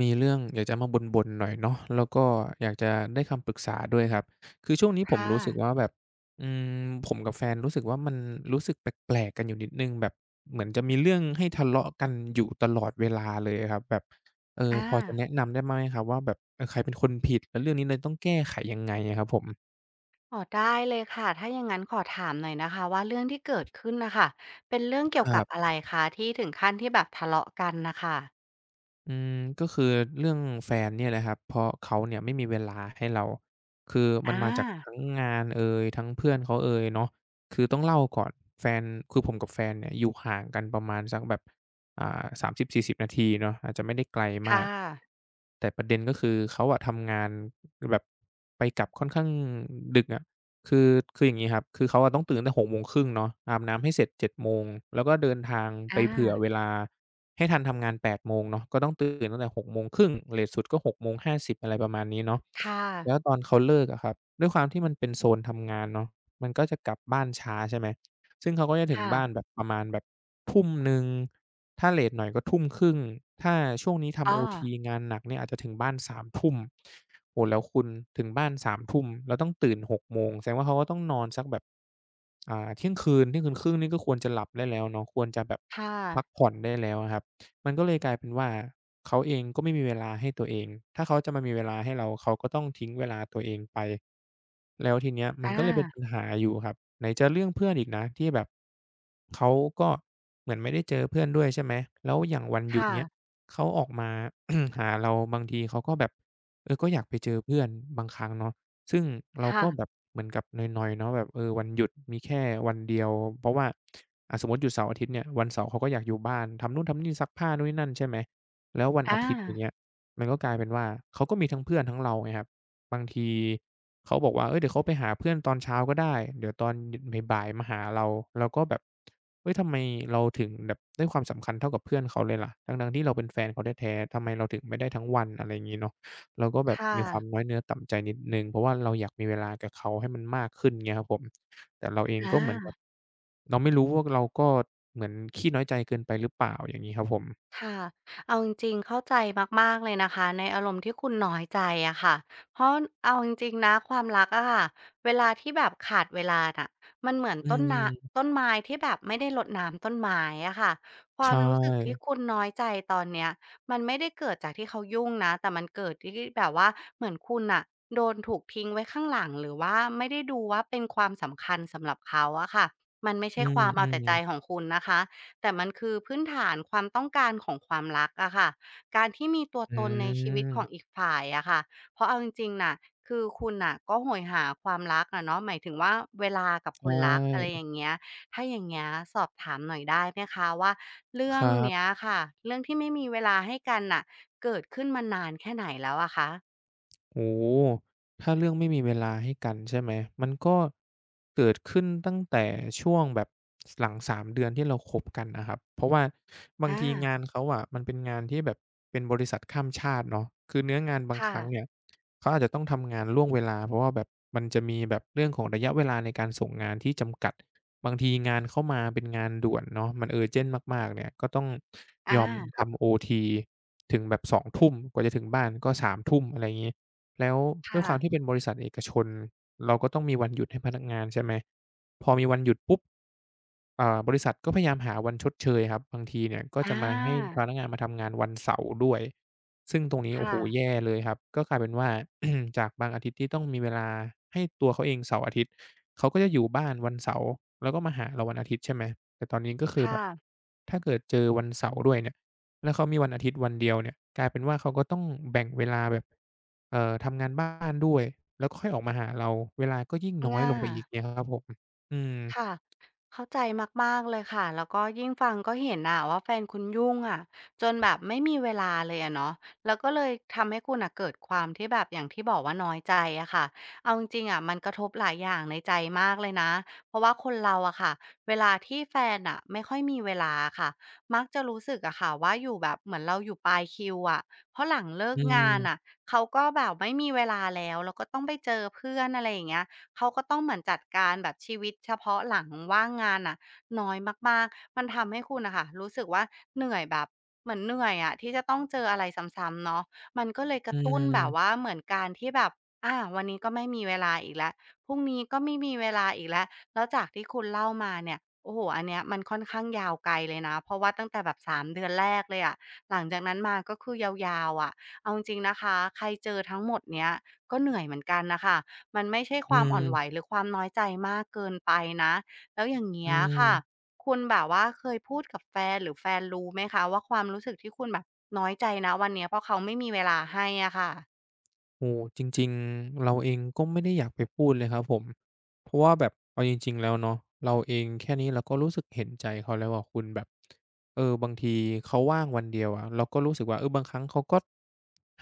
มีเรื่องอยากจะมาบ่นๆหน่อยเนาะแล้วก็อยากจะได้คำปรึกษาด้วยครับคือช่วงนี้ผมค่ะรู้สึกว่าแบบอืมผมกับแฟนรู้สึกว่ามันรู้สึกแปลกๆกันอยู่นิดหนึ่งแบบเหมือนจะมีเรื่องให้ทะเลาะกันอยู่ตลอดเวลาเลยอะครับแบบอาพอจะแนะนำได้ไหมครับว่าแบบใครเป็นคนผิดแล้วเรื่องนี้เลยต้องแก้ไขยังไงอะครับผมอ๋อได้เลยค่ะถ้าอย่างงั้นขอถามหน่อยนะคะว่าเรื่องที่เกิดขึ้นน่ะค่ะเป็นเรื่องคเกี่ยวรักับบ อะไรคะที่ถึงขั้นที่แบบทะเลาะกันน่ะค่ะอืมก็คือเรื่องแฟนเนี่ยแหละครับเพราะเขาเนี่ยไม่มีเวลาให้เราคือมันอามาจากทั้งงานเอยทั้งเพื่อนเขาเอยเนาะคือต้องเล่าก่อนแฟนคือผมกับแฟนเนี่ยอยู่ห่างกันประมาณสักแบบอ่า30-40นาทีเนาะอาจจะไม่ได้ไกลมาค่ะกแต่ประเด็นก็คือเขาอะทำงานแบบไปกลับค่อนข้างดึกอะ คือคืออย่างงี้ครับคือเขาอะต้องตื่นตั้งแต่6:30เนาะอาบน้ำให้เสร็จ7 0งแล้วก็เดินทางไปอาเผื่อเวลาให้ทันทำงาน8ม0เนาะก็ต้องตื่นตั้งแต่หกโมงครึ่งเลตสุดก็6ิ0อะไรประมาณนี้เนาะค่ะแล้วตอนเขาเลิกอะครับด้วยความที่มันเป็นโซนทำงานเนาะมันก็จะกลับบ้านช้าใช่ไหม ซึ่งเขาก็จะถึงค่ะบ้านแบบประมาณแบบทุ่มหนึ่งถ้าเลตหน่อยก็ทุ่มครึ่งถ้าช่วงนี้ทำโออ้อทีงานหนักเนี่ยอาจจะถึงบ้านสามทุ่ม โอ้โฮแล้วคุณถึงบ้าน3ทุ่มแล้วต้องตื่น6โมงแสดงว่าเขาก็ต้องนอนสักแบบเที่ยงคืนเที่ยงคืนครึ่งนี่ก็ควรจะหลับได้แล้วเนาะควรจะแบบค่ะพักผ่อนได้แล้วอะครับ มันก็เลยกลายเป็นว่าเขาเองก็ไม่มีเวลาให้ตัวเองถ้าเขาจะมามีเวลาให้เราเขาก็ต้องทิ้งเวลาตัวเองไปแล้วทีเนี้ยมันก็อาเลยเป็นปัญหาอยู่ครับไหนจะเรื่องเพื่อนอีกนะที่แบบเขาก็เหมือนไม่ได้เจอเพื่อนด้วยใช่ไหมแล้วอย่างวันหยุดค่ะเงี้ยเขาออกมา หาเราบางทีเขาก็แบบเออก็อยากไปเจอเพื่อนบางครั้งเนาะ ซึ่งเราค่ะก็แบบเหมือนกับนอยๆเนาะแบบเออวันหยุดมีแค่วันเดียวเพราะว่าสมมุติหยุดเสาร์อาทิตย์เนี่ยวันเสาร์เขาก็อยากอยู่บ้านทำนู่นทำนี่ซักผ้านู่นนี่นั่นใช่ไหมแล้ววันอาอาทิตย์อย่างเงี้ยมันก็กลายเป็นว่าเขาก็มีทั้งเพื่อนทั้งเราไงครับบางทีเขาบอกว่าเฮ้ยเดี๋ยวเขาไปหาเพื่อนตอนเช้าก็ได้เดี๋ยวตอนหยุดบ่ายๆมาหาเราเราก็แบบเฮ้ยทำไมเราถึงแบบให้ความสำคัญเท่ากับเพื่อนเขาเลยล่ะทั้งๆที่เราเป็นแฟนเขาแท้ๆทำไมเราถึงไม่ได้ทั้งวันอะไรงี้เนาะ เราก็แบบค่ะมีความน้อยเนื้อต่ำใจนิดหนึ่งเพราะว่าเราอยากมีเวลากับเขาให้มันมากขึ้นเงี้ยครับผมแต่เราเองอา ก็เหมือนกับเราไม่รู้ว่าเราก็เหมือนขี้น้อยใจเกินไปหรือเปล่าอย่างงี้ครับผมค่ะเอาจริงๆเข้าใจมากๆเลยนะคะในอารมณ์ที่คุณน้อยใจอะค่ะเพราะเอาจริงๆนะความรักอะค่ะเวลาที่แบบขาดเวลาน่ะมันเหมือนอืต้นนามต้นไม้ที่แบบไม่ได้รดน้ำต้นไม้อะค่ะคใชวามรู้สึกที่่คุณน้อยใจตอนเนี้ยมันไม่ได้เกิดจากที่เขายุ่งนะแต่มันเกิดที่แบบว่าเหมือนคุณอะโดนถูกทิ้งไว้ข้างหลังหรือว่าไม่ได้ดูว่าเป็นความสำคัญสำหรับเขาอะค่ะมันไม่อืใช่ความเอาแต่มใจขอๆงคุณนะคะ แต่มันคือพื้นฐานความต้องการของความรักอะค่ะการที่มีตัวอืตนในชีวิตของมอีกฝ่ายอะค่ะ เพราะเอาจริงๆน่ะคือคุณน่ะก็โหยหาความรักอะเนาะหมายถึงว่าเวลากับใชคนรักอะไรอ่ย่างเงี้ยถ้าอย่างเงี้ยสอบถามหน่อยได้ไหมคะว่าเรื่คองรัเนี้ยบ ค่ะ เรื่องที่ไม่มีเวลาให้กันน่ะเกิดขึ้นมานานแค่ไหนแล้วอะคะโอ้โฮถ้าเรื่องไม่มีเวลาให้กันใช่ไหมมันก็เกิดขึ้นตั้งแต่ช่วงแบบหลังสามเดือนที่เราคบกันนะครับ เพราะว่าบางอาทีงานเขาอะมันเป็นงานที่แบบเป็นบริษัทข้ามชาติเนาะคือเนื้องานบางคค่ะรั้งเนี่ยเขาอาจจะต้องทำงานล่วงเวลาเพราะว่าแบบมันจะมีแบบเรื่องของระยะเวลาในการส่งงานที่จำกัดบางทีงานเข้ามาเป็นงานด่วนเนาะมัน urgent มากๆเนี่ยก็ต้องยอาอมทำโอทีถึงแบบสองทุ่มกว่าจะถึงบ้านก็สามทุ่มอะไรงี้ แล้วด้วยค่ะความที่เป็นบริษัทเอกชนเราก็ต้องมีวันหยุดให้พนักงานใช่ไหมพอมีวันหยุดปุ๊บบริษัทก็พยายามหาวันชดเชยครับบางทีเนี่ยก็จะอามาให้พนักงานมาทำงานวันเสาร์ด้วยซึ่งตรงนี้โอ้โฮค่ะแย่เลยครับก็กลายเป็นว่า จากบางอาทิตย์ที่ต้องมีเวลาให้ตัวเขาเองเสาร์อาทิตย์เขาก็จะอยู่บ้านวันเสาร์แล้วก็มาหาเราวันอาทิตย์ใช่ไหมแต่ตอนนี้ก็คือแบค่ะบถ้าเกิดเจอวันเสาร์ด้วยเนี่ย แล้วเขามีวันอาทิตย์วันเดียวเนี่ยกลายเป็นว่าเขาก็ต้องแบ่งเวลาแบบทำงานบ้านด้วยแล้วก็ค่อยออกมาหาเราเวลาก็ยิ่งอน้อยลงไปอีกา เนี่ยครับผมอืมค่ะเข้าใจมากๆเลยค่ะแล้วก็ยิ่งฟังก็เห็นน่ะว่าแฟนคุณยุ่งอะจนแบบไม่มีเวลาเลยอะเนาะแล้วก็เลยทำให้คุณน่ะเกิดความที่แบบอย่างที่บอกว่าน้อยใจอะค่ะเอาจริงๆอะมันกระทบหลายอย่างในใจมากเลยนะเพราะว่าคนเราอะค่ะเวลาที่แฟนน่ะไม่ค่อยมีเวลาอะค่ะมักจะรู้สึกอะค่ะว่าอยู่แบบเหมือนเราอยู่ปลายคิวอะเพราะหลังเลิอืกงานมน่ะเขาก็แบบไม่มีเวลาแล้วแล้วก็ต้องไปเจอเพื่อนอะไรอย่างเงี้ย เขาก็ต้องเหมือนจัดการแบบชีวิตเฉพาะหลังว่างงานน่ะน้อยมากๆมันทำให้คุณน่ะค่ะรู้สึกว่าเหนื่อยแบบเหมือนเหนื่อยอะที่จะต้องเจออะไรซ้ำๆเนาะมันก็เลยกอืระตุ้นแบบว่ามเหมือนการที่แบบวันนี้ก็ไม่มีเวลาอีกแล้วพรุ่งนี้ก็ไม่มีเวลาอีกแล้วแล้วจากที่คุณเล่ามาเนี่ยโอ้โฮอันเนี้ยมันค่อนข้างยาวไกลเลยนะเพราะว่าตั้งแต่แบบ3เดือนแรกเลยอะหลังจากนั้นมาก็คือยาวๆอะเอาจริงๆนะคะใครเจอทั้งหมดเนี้ยก็เหนื่อยเหมือนกันน่ะค่ะ มันไม่ใช่คอืวามอ่อมนไหวหรือความน้อยใจมากเกินไปนะแล้วอย่างอืเงี้ยม ค่ะคุณแบบว่าเคยพูดกับแฟนหรือแฟนรู้ไหมคะว่าความรู้สึกที่คุณแบบน้อยใจณวันเนี้ยเพราะเขาไม่มีเวลาให้อะค่ะโอ้จริงๆเราเองก็ไม่ได้อยากไปพูดเลยครับผมเพราะว่าแบบเอาจริงๆแล้วเนาะเราเองแค่นี้เราก็รู้สึกเห็นใจเขาแล้วอะคุณแบบเออบางทีเขาว่างวันเดียวอะเราก็รู้สึกว่าเออบางครั้งเขาก็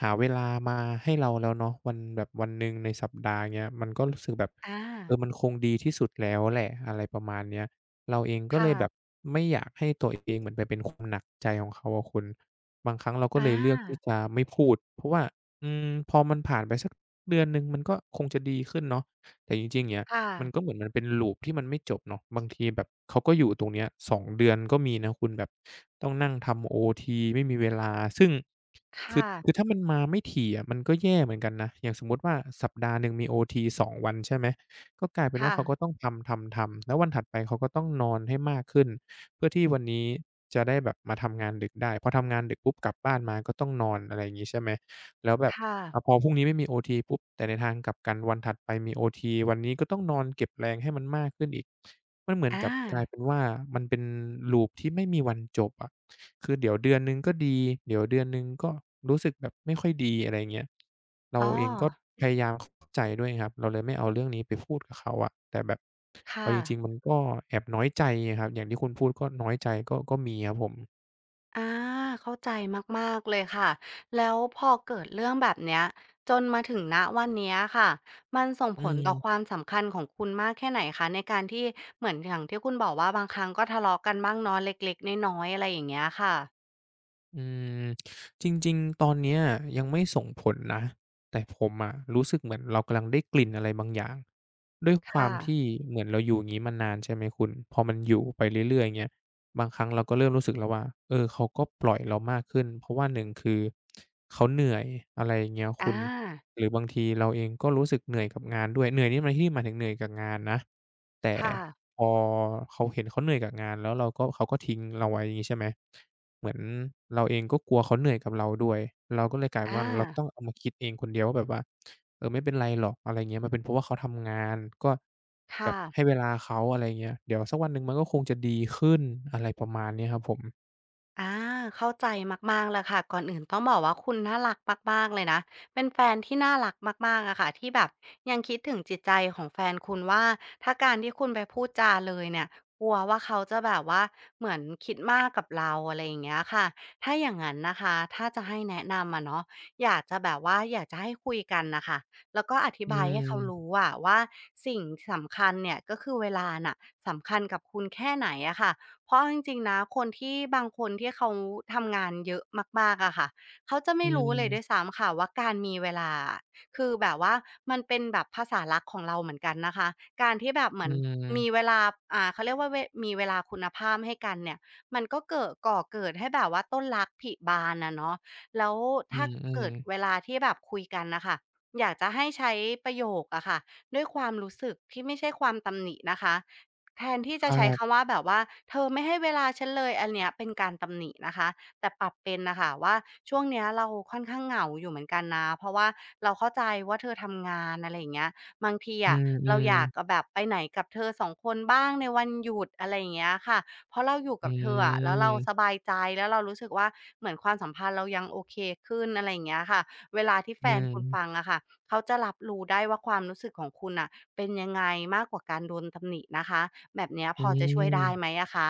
หาเวลามาให้เราแล้วเนาะวันแบบวันหนึ่งในสัปดาห์เงี้ยมันก็รู้สึกแบบอาเออมันคงดีที่สุดแล้วแหละอะไรประมาณเนี้ยเราเองก็เลยแบบค่ะไม่อยากให้ตัวเองเหมือนไปเป็นความหนักใจของเขาอะคุณบางครั้งเราก็อเลยเลือกที่าจะไม่พูดเพราะว่า อืมพอมันผ่านไปสักเดือนหนึ่งมันก็คงจะดีขึ้นเนาะแต่จริงๆอย่างเงี้ยค่ะมันก็เหมือนมันเป็น loop ที่มันไม่จบเนาะบางทีแบบเขาก็อยู่ตรงเนี้ยสองเดือนก็มีนะคุณแบบต้องนั่งทำโอทีไม่มีเวลาซึ่งคือค่ะคือถ้ามันมาไม่ถี่อะมันก็แย่เหมือนกันนะอย่างสมมุติว่าสัปดาห์หนึ่งมีโอทีสองวันใช่ไหมก็กลายเป็นว่าค่ะเขาก็ต้องทำๆๆแล้ววันถัดไปเขาก็ต้องนอนให้มากขึ้นเพื่อที่วันนี้จะได้แบบมาทำงานดึกได้พอทำงานดึกปุ๊บกลับบ้านมาก็ต้องนอนอะไรอย่างงี้ใช่ไหม แล้วแบบค่ะอะพอพรุ่งนี้ไม่มีโอทีปุ๊บแต่ในทางกลับกันวันถัดไปมีโอทีวันนี้ก็ต้องนอนเก็บแรงให้มันมากขึ้นอีกมันเหมือนอากับกลายเป็นว่ามันเป็นลูปที่ไม่มีวันจบอะคือเดี๋ยวเดือนหนึ่งก็ดีเดี๋ยวเดือนหนึ่งก็รู้สึกแบบไม่ค่อยดีอะไรอย่างเงี้ยเราอ้อเองก็พยายามเข้าใจด้วยครับเราเลยไม่เอาเรื่องนี้ไปพูดกับเขาอะแต่แบบเอาค่ะ จริงๆมันก็แอบน้อยใจอะครับอย่างที่คุณพูดก็น้อยใจก็มีครับผมอาเข้าใจมากๆเลยค่ะแล้วพอเกิดเรื่องแบบเนี้ยจนมาถึงณวันเนี้ยค่ะมันส่งอืผลต่อความ มสำคัญของคุณมากแค่ไหนคะในการที่เหมือนอย่างที่คุณบอกว่าบางครั้งก็ทะเลาะกันบ้างเนาะเล็กๆน้อยๆอะไรอย่างเงี้ยค่ะอืมจริงๆ ตอนเนี้ยยังไม่ส่งผลนะแต่ผมอะรู้สึกเหมือนเรากำลังได้กลิ่นอะไรบางอย่างด้วยควาค่ะมที่เหมือนเราอยู่อย่างงี้มานานใช่ไหมคุณพอมันอยู่ไปเรื่อยๆอย่างเงี้ยบางครั้งเราก็เริ่มรู้สึกแล้วว่าเออเขาก็ปล่อยเรามากขึ้นเพราะว่าหนึ่งคือเขาเหนื่อยอะไรอย่างเงี้ยคุอ่าณหรือบางทีเราเองก็รู้สึกเหนื่อยกับงานด้วยเหนื่อยนี่ในที่นี้หมายถึงเหนื่อยกับงานนะแต่ค่ะพอเขาเห็นเขาเหนื่อยกับงานแล้วเราก็เขาก็ทิ้งเราไว้อย่างงี้ใช่ไหม เหมือนเราเองก็กลัวเขาเหนื่อยกับเราด้วยเราก็เลยกลายเป็นอ่าว่าเราต้องเอามาคิดเองคนเดียวว่าแบบว่าเออไม่เป็นไรหรอกอะไรเงี้ยมันเป็นเพราะว่าเขาทำงานก็แบค่ะ บให้เวลาเขาอะไรเงี้ยเดี๋ยวสักวันหนึ่งมันก็คงจะดีขึ้นอะไรประมาณเนี้ยครับผมอาเข้าใจมากๆเลวค่ะก่อนอื่นต้องบอกว่าคุณน่ารักมากๆเลยนะเป็นแฟนที่น่ารักมากๆอะค่ะที่แบบยังคิดถึงจิตใจของแฟนคุณว่าถ้าการที่คุณไปพูดจาเลยเนี่ยกลัวว่าเขาจะแบบว่าเหมือนคิดมากกับเราอะไรอย่างเงี้ยค่ะถ้าอย่างนั้นนะคะถ้าจะให้แนะนำอะเนาะอยากจะแบบว่าอยากจะให้คุยกันนะคะแล้วก็อธิอืบายให้เขารู้มอะว่าสิ่งสำคัญเนี่ยก็คือเวลาน่ะสำคัญกับคุณแค่ไหนอะค่ะ เพราะเอาจริงๆนะคนที่บางคนที่เขาทำงานเยอะมากๆอะค่ะเขาจะอืไม่รู้เลยด้วยมซ้ำค่ะว่าการมีเวลาอะคือแบบว่ามันเป็นแบบภาษารักของเราเหมือนกันนะคะการที่แบบเหอืมือนมีเวมลาเขาเรียกว่ามีเวลาคุณภาพให้กันเนี่ยมันก็เกิดก่อเกิดให้แบบว่าต้นรักผลิบานอะเนาะแล้วอืถ้ามเกิดเวลาๆที่แบบคุยกันน่ะค่ะอยากจะให้ใช้ประโยคอะค่ะด้วยความรู้สึกที่ไม่ใช่ความตำหนินะคะ แทนที่คจะรัใช้คำบว่าแบบว่าเธอไม่ให้เวลาฉันเลยอันเนี้ยเป็นการตำหนินะคะแต่ปรับเป็นน่ะค่ะว่าช่วงเนี้ยเราค่อนข้างเหงาอยู่เหมือนกันนะเพราะว่าเราเข้าใจว่าเธอทำงานอะไรอย่างเงี้ยบางทีอือะเรามอยากจะๆแบบไปไหนกับเธอสองคนบ้างในวันหยุดอะไรอย่างเงี้ยค่ะเพราะเราอยู่อืกับเธออะแล้วเราสมบายใจแล้วเรารู้สึกว่าเหมือนความสัมพันธ์เรายังโอเคขึ้นอะไรอย่างเงี้ยค่ะ เวลาที่แฟอืนคุณฟังมอะค่ะเขาจะรับรู้ได้ว่าความรู้สึกของคุณน่ะเป็นยังไงมากกว่าการโดนตำหนินะคะแบบเนี้ยพอือจะช่วยได้ม ไหมอะคะ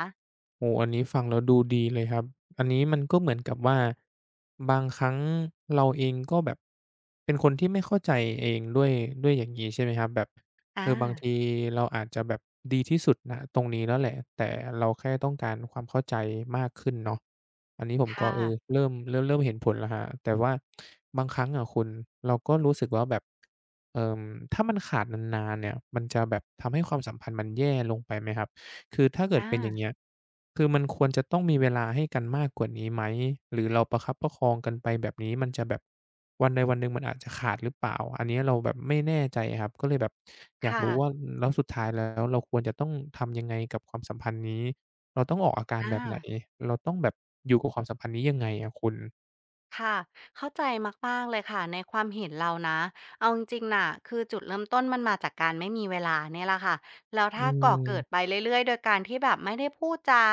โอ้อันนี้ฟังแล้วดูดีเลยครับอันนี้มันก็เหมือนกับว่าบางครั้งเราเองก็แบบเป็นคนที่ไม่เข้าใจเองด้วยอย่างงี้ใช่ไหมครับแบบเออาอบางทีเราอาจจะแบบดีที่สุดณตรงนี้แล้วแหละแต่เราแค่ต้องการความเข้าใจมากขึ้นเนาะอันนี้ผมก็ค่ะเออเริ่มเห็นผลแล้วครับแต่ว่าบางครั้งอะคุณเราก็รู้สึกว่าแบบเอ่อถ้ามันขาดนานๆเนี่ยมันจะแบบทำให้ความสัมพันธ์มันแย่ลงไปไหมครับ คือถ้าเกิดอาเป็นอย่างเงี้ยคือมันควรจะต้องมีเวลาให้กันมากกว่านี้ไหม หรือเราประคับประคองกันไปแบบนี้มันจะแบบวันใดวันหนึ่งมันอาจจะขาดหรือเปล่าอันนี้เราแบบไม่แน่ใจครับ ก็เลยแบบอยากค่ะรู้ว่าแล้วสุดท้ายแล้วเราควรจะต้องทำยังไงกับความสัมพันธ์นี้ เราต้องออกอาการแบอา บไหน เราต้องแบบอยู่กับความสัมพันธ์นี้ยังไงอะคุณค่ะเข้าใจมากๆเลยค่ะในความเห็นเรานะเอาจริงๆน่ะคือจุดเริ่มต้นมันมาจากการไม่มีเวลาเนี่ยแหละค่ะแล้วอืถ้าก่อเกิดไปมเรื่อยๆโดยการที่แบบไม่ได้พูดจา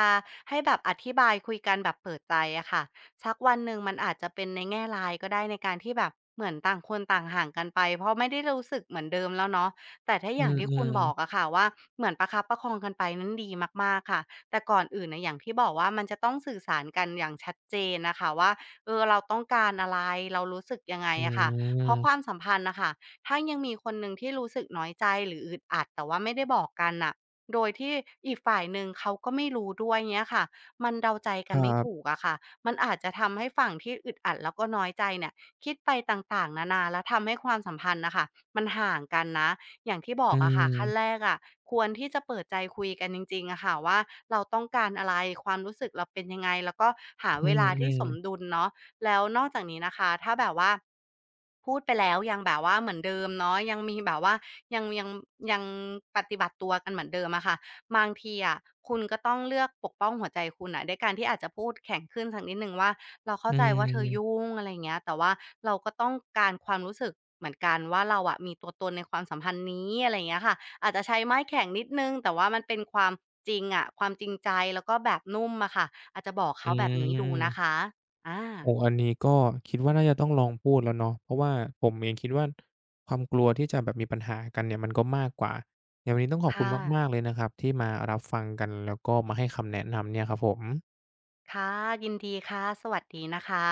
ให้แบบอธิบายคุยกันแบบเปิดใจอะค่ะสักวันหนึ่งมันอาจจะเป็นในแง่ร้ายก็ได้ในการที่แบบเหมือนต่างคนต่างห่างกันไปเพราะไม่ได้รู้สึกเหมือนเดิมแล้วเนาะแต่ถ้าอือย่างที่คุณมบอกๆอะค่ะว่าเหมือนประคับประคองกันไปนั้นดีมากๆค่ะแต่ก่อนอื่นน่ะอย่างที่บอกว่ามันจะต้องสื่อสารกันอย่างชัดเจนน่ะค่ะว่า เออเราต้องการอะไรเรารู้สึกยังไงอืมอะค่ะเพราะความสัมพันธ์น่ะค่ะถ้ายังมีคนหนึ่งที่รู้สึกน้อยใจหรืออึดอัดแต่ว่าไม่ได้บอกกันน่ะโดยที่อีกฝ่ายหนึ่งเขาก็ไม่รู้ด้วยเงี้ยค่ะมันเดาใจคกันรัไม่ถูกบอะค่ะมันอาจจะทำให้ฝั่งที่อึดอัดแล้วก็น้อยใจเนี่ยคิดไปต่างๆนานาแล้วทำให้ความสัมพันธ์น่ะค่ะมันห่างกันนะอย่างที่บออืกอะค่ะขั้นแรมกอะควรที่จะเปิดใจคุยกันจริงๆอะค่ะว่าเราต้องการอะไรความรู้สึกเราเป็นยังไงแล้วก็หาอืเวลาที่สอมๆดุลเนาะ แล้วนอกจากนี้นะคะถ้าแบบว่าพูดไปแล้วยังแบบว่าเหมือนเดิมเนาะยังมีแบบว่ายังยังยังปฏิบัติตัวกันเหมือนเดิมอะค่ะบางทีอะคุณก็ต้องเลือกปกป้องหัวใจคุณน่ะด้วยการที่อาจจะพูดแข็งขึ้นสักนิดหนึ่งว่าเราเข้าอืใจว่าเธอมยุ่งอะไรอย่างเงี้ยแต่ว่าเราก็ต้องการความรู้สึกเหมือนกันว่าเราอะมีตัวตนในความสัมพันธ์นี้อะไรอย่างเงี้ยค่ะอาจจะใช้ไม้แข็งนิดหนึ่งแต่ว่ามันเป็นความจริงอะความจริงใจแล้วก็แบบนุ่มอะค่ะอาจจะบอกอืเขาแบบนี้ดูนะม คะอา โอ้อันนี้ก็คิดว่าน่าจะต้องลองพูดแล้วเนาะเพราะว่าผมเองคิดว่าความกลัวที่จะแบบมีปัญหากันเนี่ยมันก็มากกว่า อย่างวันนี้ต้องขอบคุณค่ะ มากๆเลยนะครับที่มารับฟังกันแล้วก็มาให้คำแนะนำเนี่ยครับผมค่ะ ยินดีค่ะ สวัสดีนะคะ